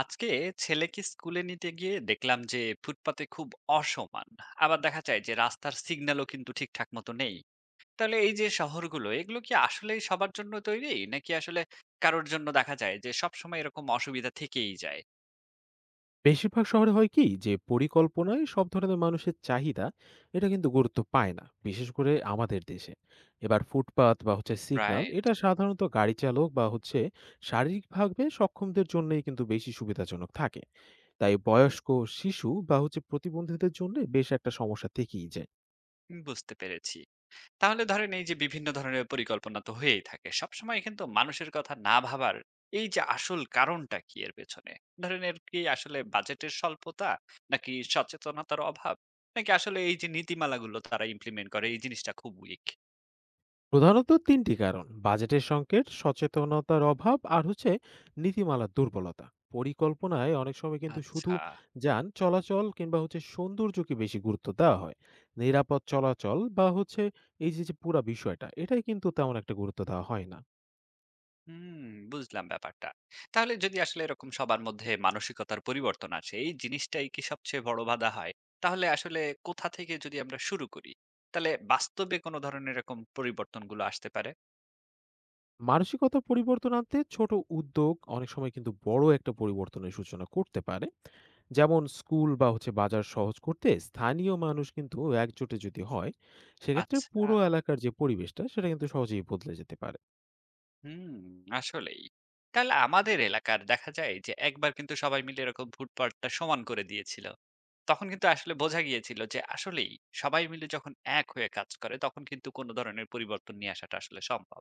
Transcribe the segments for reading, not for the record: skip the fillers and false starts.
আজকে ছেলেকে স্কুলে নিতে গিয়ে দেখলাম যে ফুটপাতে খুব অসমান। আবার দেখা যায় যে রাস্তার সিগন্যালও কিন্তু ঠিকঠাক মতো নেই। তাহলে এই যে শহরগুলো এগুলো কি আসলে সবার জন্য তৈরি, নাকি আসলে কারোর জন্য দেখা যায় যে সব সময় এরকম অসুবিধা থেকেই যায়? বেশিরভাগ শহরে হয় কি, যে পরিকল্পনায় সব ধরনের মানুষের চাহিদা এটা কিন্তু গুরুত্ব পায় না, বিশেষ করে আমাদের দেশে। এবার ফুটপাত বা হচ্ছে সিগন্যাল রাইট। এটা সাধারণত গাড়ি চালক বা হচ্ছে শারীরিকভাবে সক্ষমদের জন্যই কিন্তু বেশি সুবিধাজনক থাকে। তাই বয়স্ক, শিশু বা হচ্ছে প্রতিবন্ধীদের জন্য বেশ একটা সমস্যা থেকেই যায়। বুঝতে পেরেছি। তাহলে ধরেন এই যে বিভিন্ন ধরনের পরিকল্পনা তো হয়েই থাকে সবসময়, কিন্তু মানুষের কথা না ভাবার এই যে আসল কারণটা কি এর পেছনে? ধরেন এর কি আসলে বাজেটের স্বল্পতা, নাকি সচেতনতার অভাব, নাকি আসলে এই যে নীতিমালাগুলো তারা ইমপ্লিমেন্ট করে এই জিনিসটা খুব উইক? প্রধানত ৩ টি কারণ। বাজেটের সংকট, সচেতনতার অভাব আর হচ্ছে নীতিমালার দুর্বলতা। পরিকল্পনায় অনেক সময় কিন্তু শুধু আচ্ছা। যান চলাচল কিংবা হচ্ছে সৌন্দর্যকে বেশি গুরুত্ব দেওয়া হয়। নিরাপদ চলাচল বা হচ্ছে এই যে, যে পুরা বিষয়টা এটাই কিন্তু তেমন একটা গুরুত্ব দেওয়া হয় না। হুম। বুঝলাম ব্যাপারটা। তাহলে যদি আসলে এরকম সবার মধ্যে মানসিকতার পরিবর্তন আসে, এই জিনিসটাই কি সবচেয়ে বড় বাধা হয়? তাহলে আসলে কোথা থেকে যদি আমরা শুরু করি, তাহলে বাস্তবে কোনো ধরনের এরকম পরিবর্তনগুলো আসতে পারে? মানসিকতা পরিবর্তন আনতে ছোট উদ্যোগ অনেক সময় কিন্তু বড় একটা পরিবর্তনের সূচনা করতে পারে। যেমন স্কুল বা হচ্ছে বাজার সহজ করতে স্থানীয় মানুষ কিন্তু একজোটে যদি হয়, সেক্ষেত্রে আচ্ছা, পুরো এলাকার যে পরিবেশটা সেটা কিন্তু সহজেই বদলে যেতে পারে। হুম, আসলেই। তাহলে আমাদের এলাকার দেখা যায় যে একবার কিন্তু সবাই মিলে এরকম ফুটপাতটা সমান করে দিয়েছিল। তখন কিন্তু আসলে বোঝা গিয়েছিল যে আসলেই সবাই মিলে যখন এক হয়ে কাজ করে তখন কিন্তু কোন ধরনের পরিবর্তন নিয়ে আসাটা আসলে সম্ভব।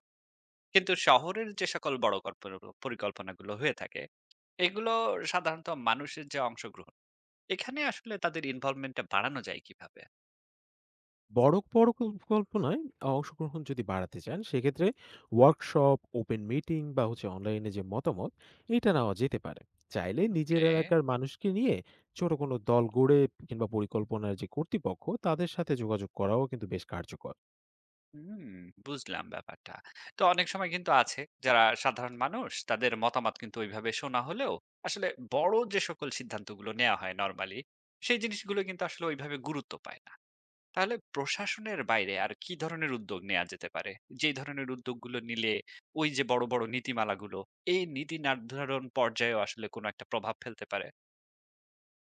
কিন্তু শহরের যে সকল বড় কল্পনা পরিকল্পনাগুলো হয়ে থাকে, এগুলো সাধারণত মানুষের যে অংশগ্রহণ, এখানে আসলে তাদের ইনভলভমেন্টটা বাড়ানো যায় কিভাবে? বড় বড় পরিকল্পনায় অংশগ্রহণ যদি বাড়াতে চান, সেক্ষেত্রে ওয়ার্কশপ, ওপেন মিটিং বা হচ্ছে অনলাইনে যে মতামত, এটা নেওয়া যেতে পারে। চাইলে নিজের ওকে। এলাকার মানুষকে নিয়ে ছোট কোনো দল গড়ে কিংবা পরিকল্পনার যে কর্তৃপক্ষ তাদের সাথে যোগাযোগ করাও কিন্তু বেশ কার্যকর। হুম, বুঝলাম ব্যাপারটা। তো অনেক সময় কিন্তু আছে যারা সাধারণ মানুষ তাদের মতামত কিন্তু ওইভাবে শোনা হলেও আসলে বড় যে সকল সিদ্ধান্তগুলো নেওয়া হয় নরমালি সেই জিনিসগুলো কিন্তু আসলে ওইভাবে গুরুত্ব পায় না। তাহলে প্রশাসনের বাইরে আর কি ধরনের উদ্যোগ নেওয়া যেতে পারে? যেই ধরনের উদ্যোগগুলো নিলে ওই যে বড়, বড় নীতিমালাগুলো, এই নীতি নির্ধারণ পর্যায়েও আসলে কোনো একটা প্রভাব ফেলতে পারে?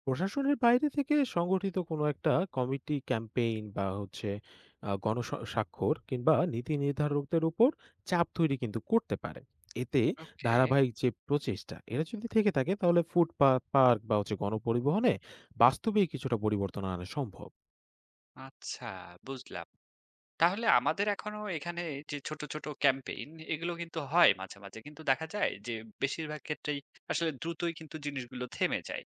প্রশাসনের বাইরে থেকে সংগঠিত কোনো একটা কমিটি, ক্যাম্পেইন বা হচ্ছে গণস্বাক্ষর কিংবা নীতি নির্ধারকদের উপর চাপ তৈরি কিন্তু করতে পারে। এতে ওকে, ধারাবাহিক যে প্রচেষ্টা এটা যদি থেকে থাকে, তাহলে ফুটপাত, পার্ক বা হচ্ছে গণপরিবহনে বাস্তবেই কিছুটা পরিবর্তন আনা সম্ভব। আচ্ছা, বুঝলাম। তাহলে আমাদের এখনো এখানে যে ছোট, ছোট ক্যাম্পেইন এগুলো কিন্তু হয় মাঝে, মাঝে। কিন্তু দেখা যায় যে বেশিরভাগ ক্ষেত্রেই আসলে দ্রুতই কিন্তু জিনিসগুলো থেমে যায়।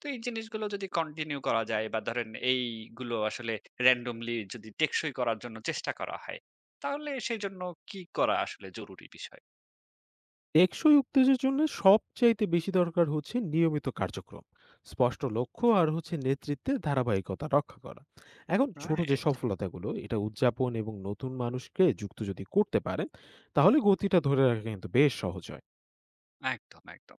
তো এই জিনিসগুলো যদি কন্টিনিউ করা যায় বা ধরেন এইগুলো আসলে randomly যদি টেকসই করার জন্য চেষ্টা করা হয়, তাহলে সেজন্য কি করা আসলে জরুরি বিষয়? টেকসই উত্তেজের জন্য সবচাইতে বেশি দরকার হচ্ছে নিয়মিত কার্যক্রম, স্পষ্ট লক্ষ্য আর হচ্ছে নেতৃত্বের ধারাবাহিকতা রক্ষা করা। এখন ছোট যে রাইট। সফলতাগুলো, এটা উদযাপন এবং নতুন মানুষকে যুক্ত যদি করতে পারেন, তাহলে গতিটা ধরে রাখা কিন্তু বেশ সহজ হয়। একদম, একদম।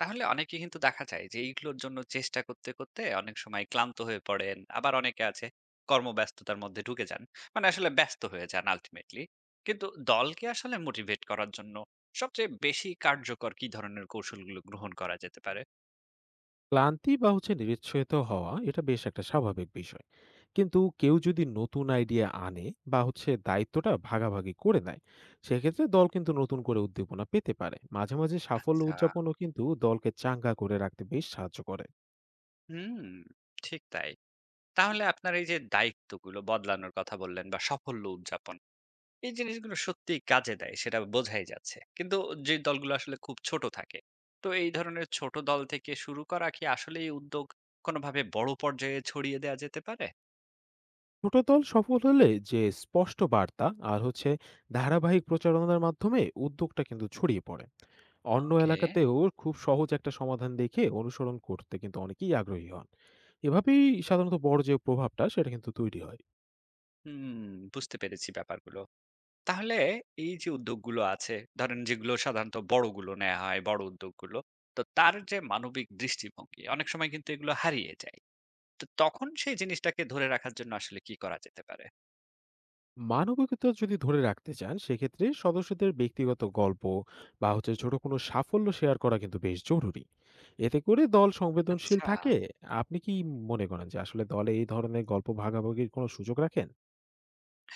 তাহলে অনেকে কিন্তু দেখা যায় যে এইগুলোর জন্য চেষ্টা করতে করতে অনেক সময় ক্লান্ত হয়ে পড়েন, আবার অনেকে আছে কর্মব্যস্ততার মধ্যে ঢুকে যান, মানে আসলে ব্যস্ত হয়ে যান আলটিমেটলি। কিন্তু দলকে আসলে মোটিভেট করার জন্য সবচেয়ে বেশি কার্যকর কি ধরনের কৌশলগুলো গ্রহণ করা যেতে পারে? ক্লান্তি বা হচ্ছে নিরুৎসাহিত হওয়া এটা বেশ একটা স্বাভাবিক বিষয়। কিন্তু কেউ যদি নতুন আইডিয়া আনে বা হচ্ছে দায়িত্বটা ভাগাভাগি করে নেয়, সেক্ষেত্রে দল কিন্তু নতুন করে উদ্দীপনা পেতে পারে। মাঝে মাঝে সাফল্য আচ্ছা। উদযাপনও কিন্তু দলকে চাঙ্গা করে রাখতে বেশ সাহায্য করে। হুম, ঠিক তাই। তাহলে আপনার এই যে দায়িত্বগুলো বদলানোর কথা বললেন বা সাফল্য উদযাপন, এই জিনিসগুলো সত্যিই কাজে দেয় সেটা বোঝাই যাচ্ছে। কিন্তু যে দলগুলো আসলে খুব ছোট থাকে, তো এই ধরনের ছোট দল থেকে শুরু করা কি আসলে এই উদ্যোগ কোনোভাবে বড় পর্যায়ে ছড়িয়ে দেয়া যেতে পারে? ছোট দল সফল হলে যে স্পষ্ট বার্তা আর হচ্ছে ধারাবাহিক প্রচারণার মাধ্যমে উদ্যোগটা কিন্তু ছড়িয়ে পড়ে অন্য ওকে, এলাকাতেও। খুব সহজ একটা সমাধান দেখে অনুসরণ করতে কিন্তু অনেকেই আগ্রহী হন। এভাবেই সাধারণত বড় যে প্রভাবটা সেটা কিন্তু তৈরি হয়। হুম, বুঝতে পেরেছি ব্যাপারগুলো। তাহলে এই যে উদ্যোগগুলো আছে, ধরেন যেগুলো সাধারণত বড়গুলো নেয়া হয়, বড় উদ্যোগগুলো, তো তার যে মানবিক দৃষ্টিভঙ্গি অনেক সময় কিন্তু এগুলো হারিয়ে যায়। তো তখন সেই জিনিসটাকে ধরে রাখার জন্য আসলে কি করা যেতে পারে? মানবিকতা যদি ধরে রাখতে চান, সেক্ষেত্রে সদস্যদের ব্যক্তিগত গল্প বা হচ্ছে ছোট কোনো সাফল্য শেয়ার করা কিন্তু বেশ জরুরি। এতে করে দল সংবেদনশীল আচ্ছা। থাকে। আপনি কি মনে করেন যে আসলে দলে এই ধরনের গল্প ভাগাভাগির কোনো সুযোগ রাখেন?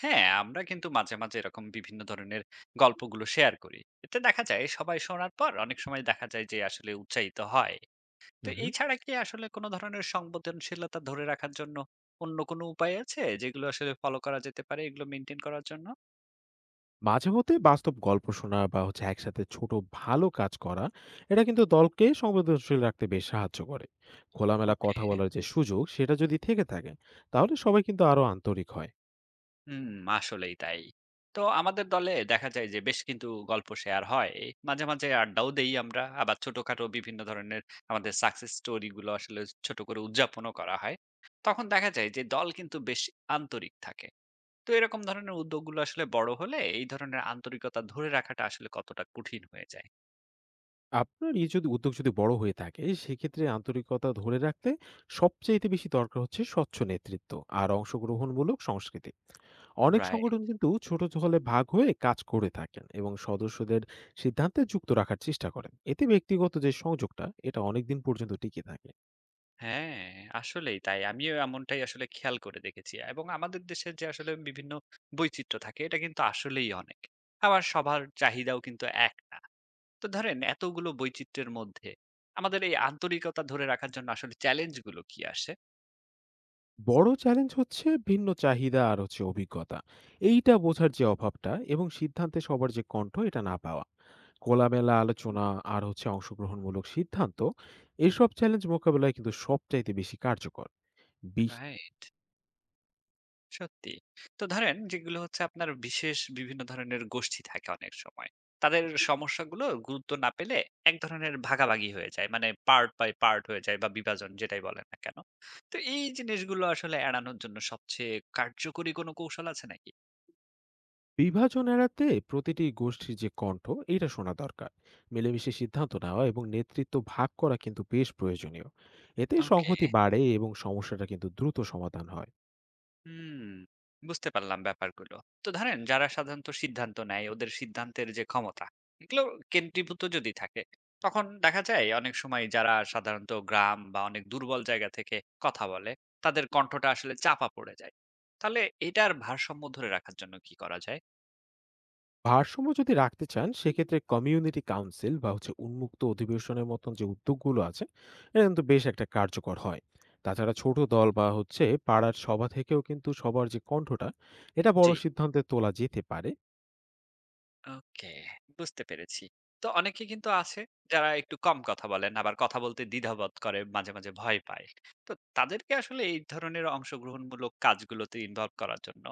হ্যাঁ, আমরা কিন্তু মাঝে, মাঝে এরকম বিভিন্ন ধরনের গল্পগুলো শেয়ার করি। এতে দেখা যায় সবাই শোনার পর অনেক সময় দেখা যায় যে আসলে উৎসাহিত হয়। তো এই হুম। ছাড়া কি আসলে কোনো ধরনের সংবেদনশীলতা ধরে রাখার জন্য অন্য কোনো উপায় আছে যেগুলো আসলে ফলো করা যেতে পারে এগুলো মেইনটেইন করার জন্য? মাঝে মধ্যে বাস্তব গল্প শোনা বা হচ্ছে একসাথে ছোট ভালো কাজ করা, এটা কিন্তু দলকে সংবেদনশীল রাখতে বেশ সাহায্য করে। খোলামেলা কথা ওকে। বলার যে সুযোগ সেটা যদি থেকে থাকে, তাহলে সবাই কিন্তু আরো আন্তরিক হয়। হুম, আসলেই তাই। তো আমাদের দলে দেখা যায় যে বেশ কিন্তু গল্প শেয়ার হয়। মাঝে, মাঝে আড্ডাও দেই আমরা। আবার ছোটখাটো বিভিন্ন ধরনের আমাদের সাকসেস স্টোরি গুলো আসলে ছোট করে উদযাপনও করা হয়। তখন দেখা যায় যে দল কিন্তু বেশ আন্তরিক থাকে। তো এরকম ধরনের উদ্যোগগুলো আসলে বড় হলে এই ধরনের আন্তরিকতা ধরে রাখাটা আসলে কতটা কঠিন হয়ে আপনার এই যদি উদ্যোগ যদি বড় হয়ে থাকে, সেক্ষেত্রে আন্তরিকতা ধরে রাখতে সবচাইতে বেশি দরকার হচ্ছে স্বচ্ছ নেতৃত্ব আর অংশগ্রহণমূলক সংস্কৃতি। অনেক যায়? সংগঠন কিন্তু ছোট দলে ভাগ হয়ে কাজ করে থাকেন এবং সদস্যদের সিদ্ধান্তে যুক্ত রাখার চেষ্টা করেন। এতে ব্যক্তিগত যে সংযোগটা এটা অনেকদিন পর্যন্ত টিকে থাকে। হ্যাঁ, আসলেই তাই। আমিও এমনটাই আসলে খেয়াল করে দেখেছি। এবং আমাদের দেশের যে আসলে বিভিন্ন বৈচিত্র্য থাকে, এটা কিন্তু আসলেই অনেক। আবার সবার চাহিদাও কিন্তু এক না। তো ধরেন এতগুলো বৈচিত্র্যের মধ্যে আমাদের এই আন্তরিকতা ধরে রাখার জন্য আসলে চ্যালেঞ্জগুলো কি আসে? বড় চ্যালেঞ্জ হচ্ছে ভিন্ন চাহিদা আর হচ্ছে অভিজ্ঞতা, এইটা বোঝার যে অভাবটা এবং সিদ্ধান্তে সবার যে কণ্ঠ এটা না পাওয়া। খোলামেলা আলোচনা হুম। আর হচ্ছে অংশগ্রহণমূলক সিদ্ধান্ত, এসব চ্যালেঞ্জ মোকাবেলায় কিন্তু সবচাইতে বেশি কার্যকর। বিশ- রাইট। সত্যি। তো ধরেন যেগুলো হচ্ছে আপনার বিশেষ বিভিন্ন ধরনের গোষ্ঠী থাকে অনেক সময়। তাদের সমস্যাগুলো গুরুত্ব না পেলে এক ধরনের ভাগাভাগি হয়ে যায়। মানে পার্ট বাই পার্ট হয়ে যায় বা বিভাজন যেটাই বলেন না কেন। তো এই জিনিসগুলো আসলে এড়ানোর জন্য সবচেয়ে কার্যকরী কোনো কৌশল আছে নাকি? বিভাজন এড়াতে প্রতিটি গোষ্ঠীর যে কণ্ঠ, এটা শোনা দরকার। মিলেমিশে সিদ্ধান্ত নেওয়া এবং নেতৃত্ব ভাগ করা কিন্তু বেশ প্রয়োজনীয়। এতে ওকে। সংহতি বাড়ে এবং সমস্যাটা কিন্তু দ্রুত সমাধান হয়। হুম, বুঝতে পারলাম ব্যাপারগুলো। তো ধরেন যারা সাধারণত সিদ্ধান্ত নেয় ওদের সিদ্ধান্তের যে ক্ষমতা, এগুলো কেন্দ্রীভূত যদি থাকে, তখন দেখা যায় অনেক সময় যারা সাধারণত গ্রাম বা অনেক দুর্বল জায়গা থেকে কথা বলে, তাদের কণ্ঠটা আসলে চাপা পড়ে যায়। তাহলে এটার ভারসাম্য ধরে রাখার জন্য কি করা যায়? ভারসাম্য যদি রাখতে চান, সেক্ষেত্রে কমিউনিটি কাউন্সিল বা হচ্ছে উন্মুক্ত অধিবেশনের মতন যে উদ্যোগগুলো আছে, এটা কিন্তু বেশ একটা কার্যকর হয়। তাছাড়া ছোট দল বা হচ্ছে পাড়ার সভা থেকেও কিন্তু সবার যে কণ্ঠটা, এটা জি। বড় সিদ্ধান্তে তোলা যেতে পারে। ওকে, বুঝতে পেরেছি। তো অনেকে কিন্তু আছে যারা একটু কম কথা বলেন, আবার কথা বলতে দ্বিধাবোধ করে, মাঝে, মাঝে ভয় পায়। তো তাদেরকে আসলে এই ধরনের অংশগ্রহণমূলক কাজগুলোতে ইনভলভ করার জন্য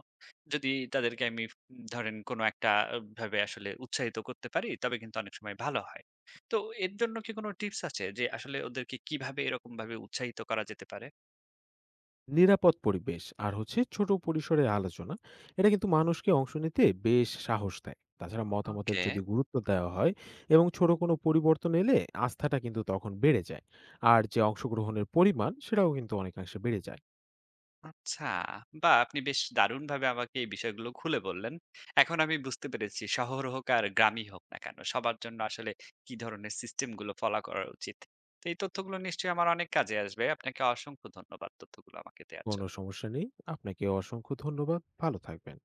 যদি তাদেরকে আমি ধরেন কোনো একটা ভাবে আসলে উৎসাহিত করতে পারি, তবে কিন্তু অনেক সময় ভালো হয়। তো এর জন্য কি কোনো টিপস আছে যে আসলে ওদেরকে কিভাবে এরকমভাবে উৎসাহিত করা যেতে পারে? নিরাপদ পরিবেশ আর হচ্ছে ছোট পরিসরে আলোচনা, এটা কিন্তু মানুষকে অংশ নিতে বেশ সাহস দেয়। তাছাড়া মতামতের ওকে। যদি গুরুত্ব দেওয়া হয় এবং ছোট কোনো পরিবর্তন এলে, আস্থাটা কিন্তু তখন বেড়ে যায় আর যে অংশগ্রহণের পরিমাণ সেটাও কিন্তু অনেকাংশে বেড়ে যায়। আচ্ছা, বাহ! আপনি বেশ দারুণভাবে আমাকে এই বিষয়গুলো খুলে বললেন। এখন আমি বুঝতে পেরেছি শহর হোক আর গ্রামই হোক না কেন, সবার জন্য আসলে কি ধরনের সিস্টেম গুলো ফলো করা উচিত। তো এই তথ্যগুলো নিশ্চয়ই আমার অনেক কাজে আসবে। আপনাকে অসংখ্য ধন্যবাদ তথ্যগুলো আমাকে দেয়ার কোনো জন্য। সমস্যা নেই। আপনাকে অসংখ্য ধন্যবাদ। ভালো থাকবেন।